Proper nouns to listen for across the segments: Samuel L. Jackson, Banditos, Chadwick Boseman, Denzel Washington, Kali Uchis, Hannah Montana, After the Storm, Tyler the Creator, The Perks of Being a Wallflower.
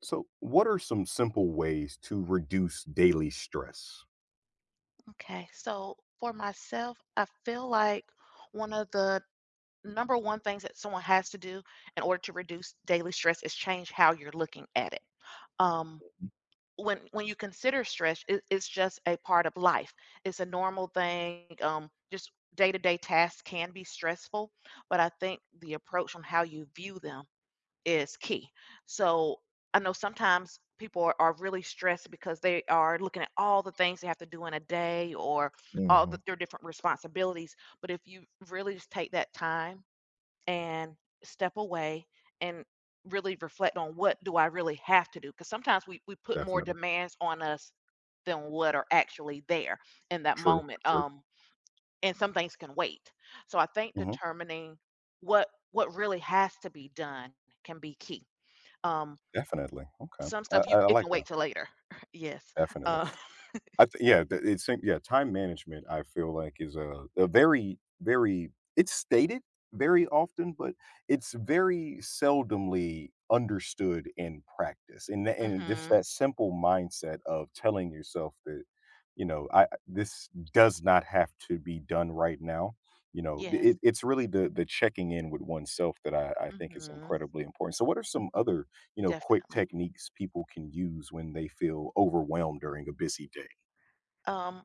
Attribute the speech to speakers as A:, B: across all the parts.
A: So, what are some simple ways to reduce daily stress?
B: Okay, so for myself, I feel like one of the number one things that someone has to do in order to reduce daily stress is change how you're looking at it. Um,
A: Mhm.
B: when you consider stress, it's just a part of life. It's a normal thing. Just day to day tasks can be stressful, but I think the approach on how you view them is key. So I know sometimes people are really stressed because they are looking at all the things they have to do in a day or
A: Mhm.
B: their different responsibilities. But if you really just take that time and step away and really reflect on what do I really have to do? Because sometimes we put more
A: Definitely.
B: demands on us than what are actually there in that
A: True,
B: moment.
A: true.
B: And some things can wait. So I think
A: Mhm.
B: determining what really has to be done can be key, um,
A: Definitely. Okay.
B: some
A: I
B: stuff
A: I
B: you
A: I
B: it
A: like
B: can
A: that.
B: wait till later. Yes.
A: Definitely.
B: Uh,
A: I th yeah, th it's yeah, Time management, I feel like, is a very, very, it's stated very often, but it's very seldomly understood in practice. And tha and just
B: mhm.
A: that simple mindset of telling yourself that, you know, I this does not have to be done right now. You know, I it
B: Yes.
A: it's really the checking in with oneself that I think is
B: Mhm.
A: incredibly important. So what are some other, you know, quick
B: Definitely.
A: techniques people can use when they feel overwhelmed during a busy day?
B: Um,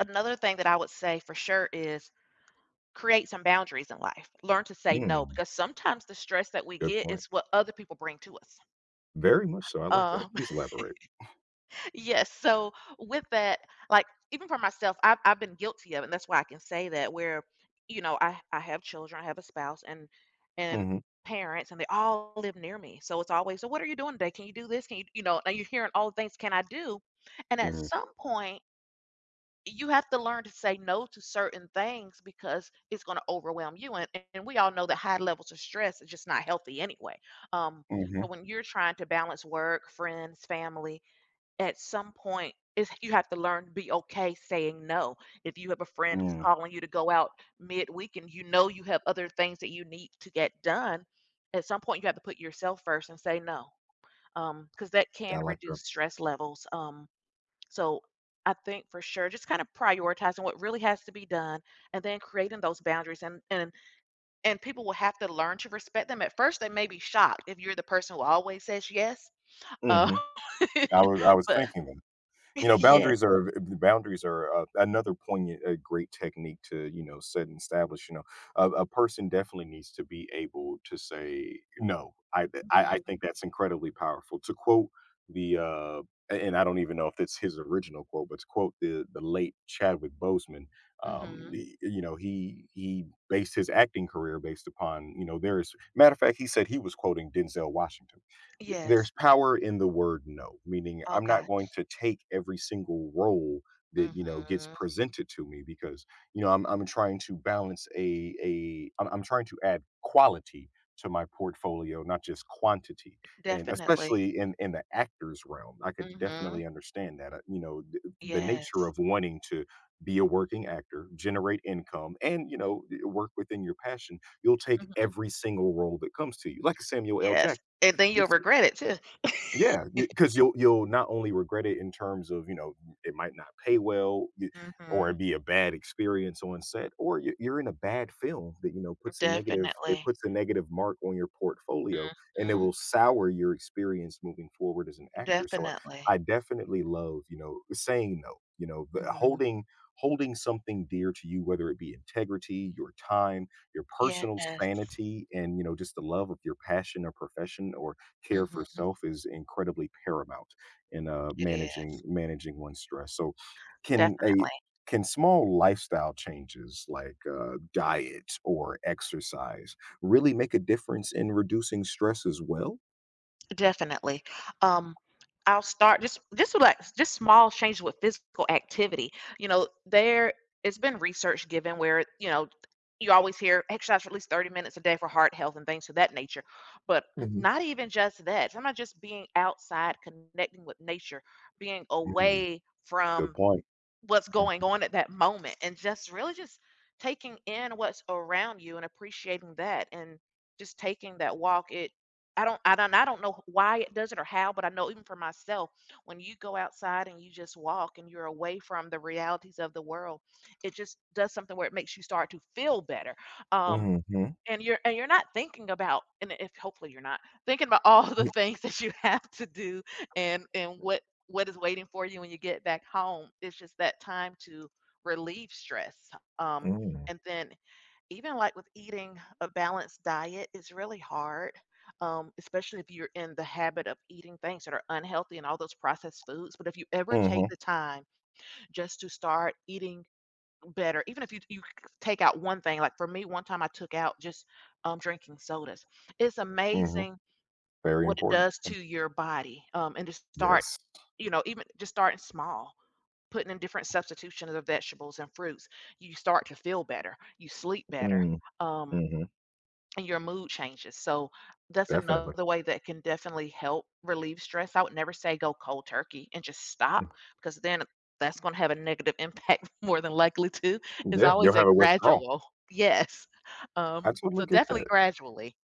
B: Another thing that I would say for sure is create some boundaries in life. Learn to say no
A: Mm,
B: because sometimes the stress that we
A: good
B: get
A: point.
B: is what other people bring to us.
A: Very much so, I like that.
B: Um
A: Please elaborate.
B: Yes. So with that, like even for myself, I've been guilty of it. And that's why I can say that where, you know, I have children, I have a spouse and and
A: Mhm,
B: parents and they all live near me. So it's always, so what are you doing today? Can you do this? Can you you know, and you're hearing all the things can I do? And at
A: mm,
B: some point you have to learn to say no to certain things because it's going to overwhelm you, and we all know that high levels of stress is just not healthy anyway, um,
A: mhm,
B: so when you're trying to balance work friends family at some point is you have to learn to be okay saying no. If you have a friend who's
A: mm.
B: calling you to go out midweek and you know you have other things that you need to get done, at some point you have to put yourself first and say no. Because that
A: I
B: can
A: like that.
B: reduce stress levels. So I think for sure just kind of prioritizing what really has to be done and then creating those boundaries and people will have to learn to respect them. At first they may be shocked if you're the person who always says yes. Uh,
A: Mhm. I was I was
B: but
A: thinking that. You know,
B: yes.
A: boundaries are, boundaries are, another poignant, a great technique to, you know, set and establish. You know, a person definitely needs to be able to say no. I
B: Mhm,
A: think that's incredibly powerful. To quote the, and I don't even know if it's his original quote, but to quote the late Chadwick Boseman,
B: mhm.
A: you know, he based his acting career based upon, you know, there is, matter of fact, he said he was quoting Denzel Washington. There's
B: Yes.
A: power in the word no, meaning
B: Oh,
A: I'm not
B: God.
A: going to take every single role that, you know, gets
B: Mhm.
A: presented to me, because you know I'm trying to balance I'm trying to add quality to my portfolio, not just quantity. And
B: Definitely.
A: especially in the actors realm, I could
B: Mhm.
A: definitely understand that. You know, the nature
B: Yes.
A: of wanting to be a working actor, generate income, and, you know, work within your passion. You'll take
B: Mhm.
A: every single role that comes to you, like a Samuel L.
B: Yes,
A: Jackson.
B: and then you'll regret it too.
A: Yeah, because you'll not only regret it in terms of, you know, it might not pay well, or
B: Mhm.
A: it'd be a bad experience on set, or you're in a bad film that, you know, puts a negative, it
B: Definitely.
A: puts a negative mark on your portfolio, and it
B: Mhm.
A: will sour your experience moving forward as an actor. So
B: Definitely.
A: I definitely love, you know, saying no, you know, but
B: Mhm.
A: holding, holding something dear to you, whether it be integrity, your time, your personal
B: Yes.
A: sanity, and, you know, just the love of your passion or profession or care for
B: Mhm.
A: self, is incredibly paramount in
B: It
A: managing,
B: is.
A: managing one's stress. So, can a
B: Definitely.
A: can small lifestyle changes like diet or exercise really make a difference in reducing stress as well?
B: Definitely. Um, I'll start just with just small changes with physical activity. You know, there it's been research given where, you know, you always hear exercise for at least 30 minutes a day for heart health and things of that nature. But
A: Hmm.
B: not even just that. Sometimes just being outside, connecting with nature, being
A: Mm,
B: away
A: good
B: from
A: point.
B: what's going on at that moment and just really just taking in what's around you and appreciating that and just taking that walk. It I don't know why it does it or how, but I know even for myself when you go outside and you just walk and you're away from the realities of the world, it just does something where it makes you start to feel better, um
A: Mm-hmm.
B: and you're not thinking about, and if hopefully you're not thinking about all the things that you have to do and what is waiting for you when you get back home. It's just that time to relieve stress, um
A: Mm-hmm.
B: and then even like with eating a balanced diet, it's really hard, especially if you're in the habit of eating things that are unhealthy and all those processed foods. But if you ever take
A: Mm-hmm.
B: the time just to start eating better, even if you take out one thing. Like for me, one time I took out just, drinking sodas. It's amazing
A: Very
B: what it
A: important.
B: does to your body, and to start,
A: Yes.
B: you know, even just starting small, putting in different substitutions of vegetables and fruits, you start to feel better, you sleep better.
A: Mm-hmm.
B: Um, and your mood changes. So that's
A: Definitely.
B: another way that can definitely help relieve stress. I would never say go cold turkey and just stop, because then that's going to have a negative impact more than likely too. It's
A: Yeah, you'll
B: always a
A: have a withdrawal.
B: gradual. Yes.
A: I totally
B: So
A: get
B: definitely
A: that.
B: gradually.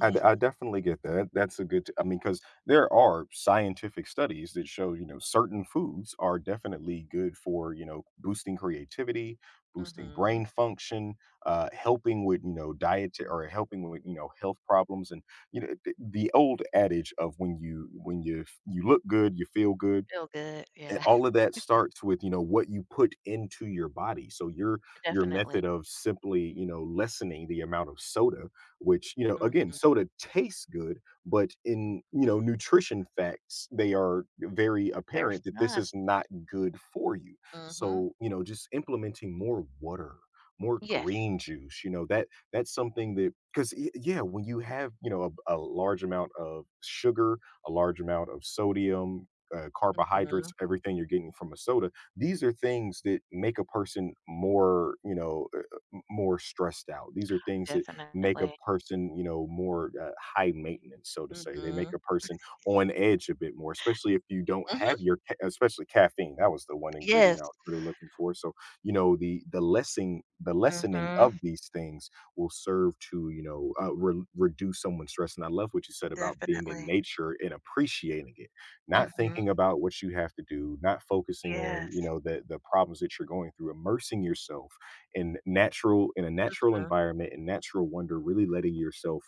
A: I definitely get that. That's a good. I mean, because there are scientific studies that show, you know, certain foods are definitely good for, you know, boosting creativity, boosting
B: hmm
A: brain function, helping with, you know, diet or helping with, you know, health problems, and, you know, the old adage of when you look good, you feel good,
B: Feel good.
A: and
B: Yeah,
A: all of that starts with, you know, what you put into your body. So your your
B: definitely.
A: method of simply, you know, lessening the amount of soda, which, you know, again,
B: hmm
A: soda tastes good, but, in you
B: hmm
A: know, nutrition facts, they are very
B: They're
A: apparent that this
B: fun.
A: is not good for you.
B: hmm
A: So, you know, just implementing more water, more
B: Yes.
A: green juice, you know, that that's something that, because, yeah, when you have, you know, a large amount of sugar, a large amount of sodium, carbohydrates,
B: hmm
A: everything you're getting from a soda. These are things that make a person more, you know, more stressed out. These are things that make a
B: Definitely.
A: person, you know, more high maintenance, so to
B: hmm
A: say. They make
B: hmm
A: a person on edge a bit more, especially if you don't have your, especially caffeine. That was the one
B: Yes.
A: ingredient I was really looking for. So, you know, the lessening
B: hmm
A: of these things will serve to, you know, reduce someone's stress. And I love what you said about being in
B: Definitely.
A: nature and appreciating it, not
B: hmm
A: thinking about what you have to do, not focusing on, you
B: Yes.
A: know, the problems that you're going through, immersing yourself in a natural
B: Mhm.
A: environment and natural wonder, really letting yourself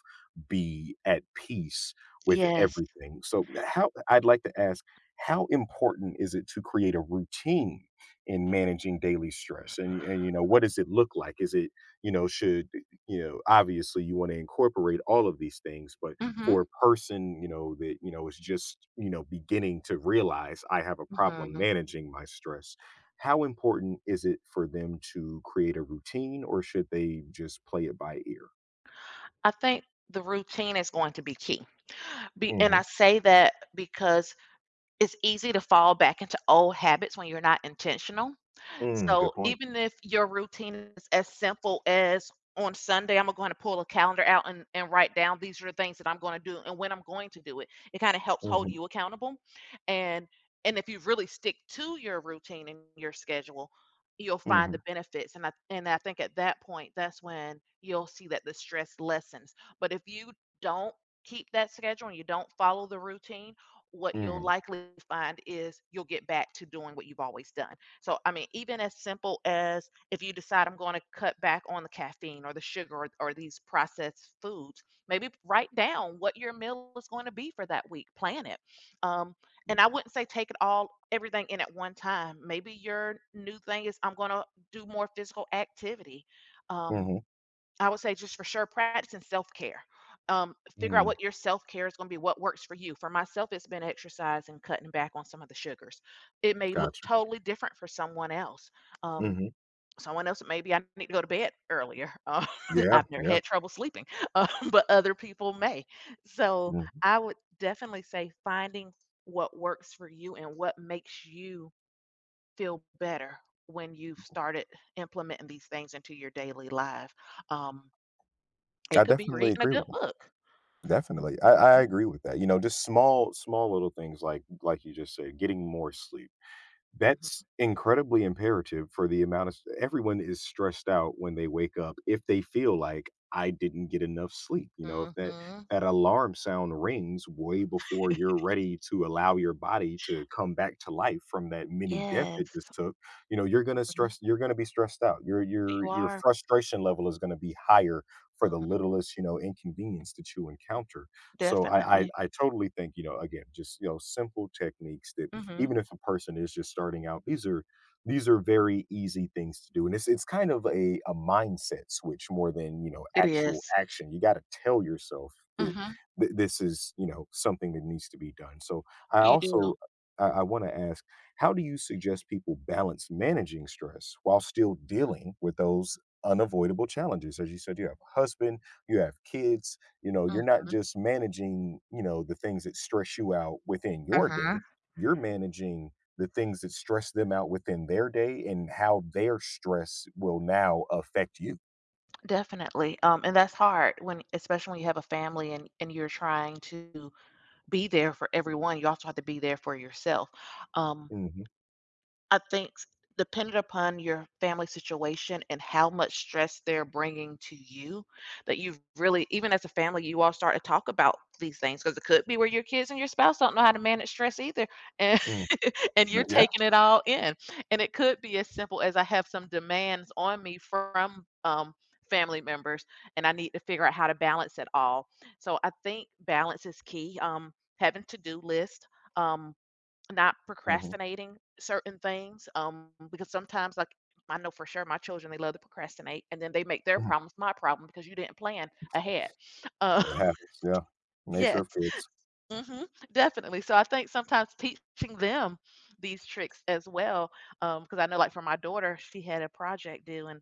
A: be at peace with
B: Yes.
A: everything. So, how, I'd like to ask, how important is it to create a routine in managing daily stress, and you know what does it look like, is it, you know, should, you know, obviously you want to incorporate all of these things, but
B: Mhm,
A: for a person, you know, that, you know, is just, you know, beginning to realize I have a problem
B: mhm.
A: managing my stress, how important is it for them to create a routine or should they just play it by ear?
B: I think the routine is going to be key. Be and
A: Hmm.
B: I say that because it's easy to fall back into old habits when you're not intentional.
A: Mm, good
B: So
A: point.
B: even if your routine is as simple as on Sunday, I'm going to pull a calendar out and, write down these are the things that I'm going to do and when I'm going to do it. It kind of helps hold
A: Hmm.
B: you accountable. And if you really stick to your routine and your schedule, you'll find the
A: Hmm.
B: benefits. And I think at that point, that's when you'll see that the stress lessens. But if you don't keep that schedule and you don't follow the routine, what you'll
A: Hmm.
B: likely find is you'll get back to doing what you've always done. So, I mean, even as simple as if you decide I'm going to cut back on the caffeine or the sugar or these processed foods, maybe write down what your meal is going to be for that week, plan it. Um, and I wouldn't say take it all, everything in at one time. Maybe your new thing is I'm going to do more physical activity. Um,
A: Hmm.
B: I would say just for sure practicing self care. Um, Figure out
A: Mm,
B: what your self care is going to be, what works for you. For myself, it's been exercise and cutting back on some of the sugars. It may look
A: gotcha.
B: totally different for someone else. Um,
A: Hmm.
B: Someone else, maybe I need to go to bed earlier.
A: Yeah.
B: I've never
A: Yeah.
B: had trouble sleeping, but other people may. So
A: Mm.
B: I would definitely say finding what works for you and what makes you feel better when you've started implementing these things into your daily life. um,
A: I
B: it could be
A: definitely
B: reading a
A: agree
B: good
A: with that.
B: book.
A: Definitely. I
B: Mm.
A: agree with that. You know, just small, small little things like you just said, getting more sleep. That's incredibly imperative, for the amount of everyone is stressed out when they wake up, if they feel like I didn't get enough sleep, you know, if
B: Mhm,
A: that,
B: mhm.
A: that alarm sound rings way before you're ready to allow your body to come back to life from that mini death it
B: Yes,
A: just took, you know,
B: mhm.
A: you're gonna be stressed out. Your your
B: You
A: your
B: are,
A: frustration level is gonna be higher for the
B: mhm,
A: littlest, you know, inconvenience that you encounter. So
B: definitely.
A: I totally think, you know, again, just, you know, simple techniques that
B: Mhm,
A: even if a person is just starting out, these are very easy things to do, and it's kind of a mindset switch more than, you know,
B: it
A: actual
B: is.
A: action. You got to tell yourself that
B: Mhm,
A: this is, you know, something that needs to be done. So i
B: you
A: also
B: do.
A: I want to ask, how do you suggest people balance managing stress while still dealing with those unavoidable challenges? As you said, you have a husband, you have kids, you know, you're not
B: Mhm,
A: just managing, you know, the things that stress you out within your day,
B: mhm,
A: you're managing the things that stress them out within their day, and how their stress will now affect you.
B: definitely, and that's hard when especially when you have a family and you're trying to be there for everyone. You also have to be there for yourself, um
A: Mhm.
B: I think s depending upon your family situation and how much stress they're bringing to you, that you've really even as a family, you all start to talk about these things, because it could be where your kids and your spouse don't know how to manage stress either, and
A: Mm,
B: and
A: but
B: you're
A: yeah.
B: taking it all in, and it could be as simple as I have some demands on me from, family members, and I need to figure out how to balance it all. So I think balance is key, having to-do list, um not
A: Mhm.
B: procrastinating certain things, because sometimes, I know for sure my children, they love to procrastinate, and then they make their
A: Mhm.
B: problems my problem because you didn't plan ahead. Uh,
A: It happens, yeah. Nature
B: yes,
A: of kids.
B: mhm, definitely. So I think sometimes teaching them these tricks as well, because I know, for my daughter, she had a project due and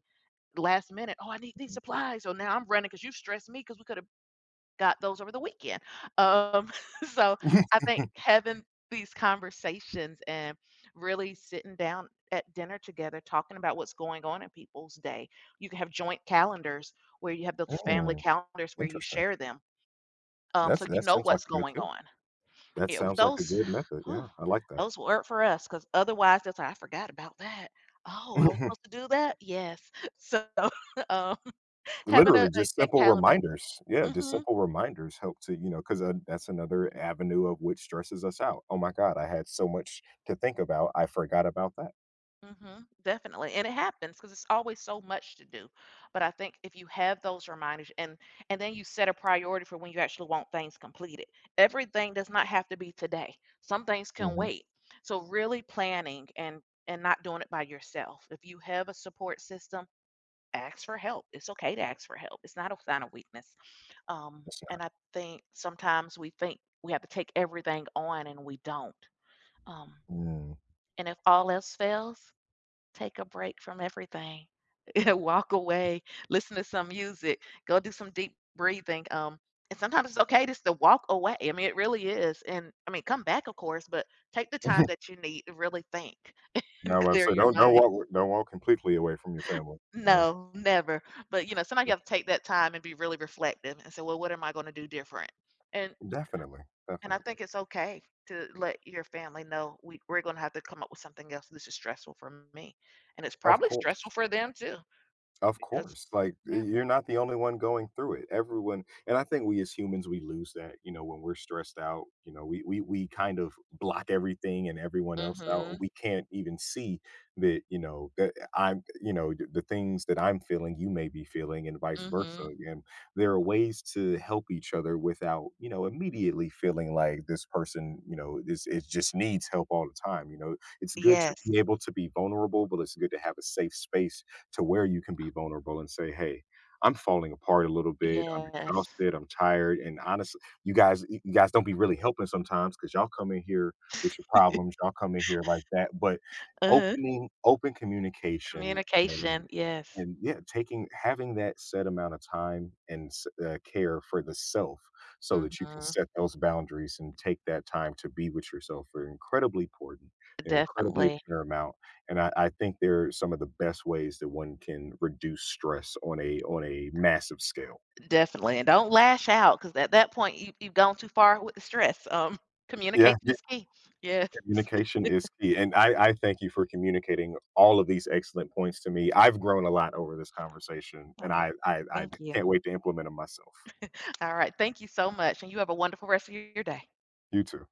B: last minute, "Oh, I need these
A: Mhm.
B: supplies." So now I'm running because you stressed me, because we coulda got those over the weekend. Um, so I think having these conversations and really sitting down at dinner together, talking about what's going on in people's day. You can have joint calendars where you have those family
A: Mm,
B: calendars where you
A: interesting.
B: share them,
A: That's,
B: so you
A: that
B: know
A: seems like
B: what's
A: a good
B: going
A: tip.
B: on.
A: That
B: Yeah,
A: sounds like a
B: those,
A: good method,
B: whew,
A: yeah, I like that.
B: those work for us because otherwise, that's like, I forgot about that. Oh, I was supposed to do that. Yes. So um, having
A: Literally, just
B: a
A: simple
B: calendar.
A: reminders. Yeah, just
B: Mhm.
A: simple reminders help to, you know, 'cause, that's another avenue of which stresses us out. "Oh my god, I had so much to think about, I forgot about that."
B: Mhm, definitely, and it happens because it's always so much to do, but I think if you have those reminders and then you set a priority for when you actually want things completed. Everything does not have to be today. Some things can
A: Mhm,
B: wait. So really planning and not doing it by yourself. If you have a support system, ask for help. It's okay to ask for help. It's not a sign of weakness.
A: it's
B: And
A: not.
B: I think sometimes we think we have to take everything on and we don't. Um,
A: Mm.
B: and if all else fails, take a break from everything. Walk away, listen to some music, go do some deep breathing. And sometimes it's okay just to walk away. I mean, it really is. And I mean, come back, of course, but take the time that you need to really think
A: Yeah, I
B: and
A: was
B: clear
A: about to say,
B: your
A: don't,
B: mind.
A: don't walk completely away from your family, you know?
B: No, never. But you know, sometimes you have to take that time and be really reflective and say, well, what am I going to do different? And
A: definitely,
B: I
A: definitely.
B: think it's okay to let your family know we're going to have to come up with something else. This is stressful for me, and it's
A: Of
B: probably
A: course.
B: stressful for them too.
A: Of
B: Because
A: course, like, y
B: yeah.
A: you're not the only one going through it. Everyone, and I think we as humans, we lose that, you know, when we're stressed out, you know, we kind of block everything and everyone else out, and
B: Mhm,
A: we can't even see that, you know, that eh, I'm you know, the things that I'm feeling, you may be feeling, and vice versa,
B: mhm.
A: and there are ways to help each other without, you know, immediately feeling like this person, you know, is, it just needs help all the time, you know? It's good to
B: Yes.
A: be able to be vulnerable, but it's good to have a safe space to where you can be vulnerable and say, "Hey, I'm falling apart a little bit. I'm
B: Yes.
A: exhausted. I'm tired. And honestly, you guys don't be really
B: Mhm.
A: helping sometimes because y'all come in here with your problems. Y'all come in here like that. But
B: Uh-huh.
A: opening, open communication and.
B: Communication, yes.
A: And yeah, taking, having that set amount of time and s care for the self, so that you can
B: Mhm.
A: set those boundaries and take that time to be with yourself, are incredibly important. They're incredibly
B: Definitely,
A: paramount, and I think they're some of the best ways that one can reduce stress on a massive scale.
B: definitely, and don't lash out because at that point, you've gone too far with the stress,
A: Yeah,
B: communication
A: yeah,
B: is key. Yes.
A: communication is key, and I thank you for communicating all of these excellent points to me. I've grown a lot over this conversation, and
B: Oh,
A: I
B: thank you.
A: can't wait to implement them myself.
B: Alright, thank you so much, and you have a wonderful rest of your day.
A: You too.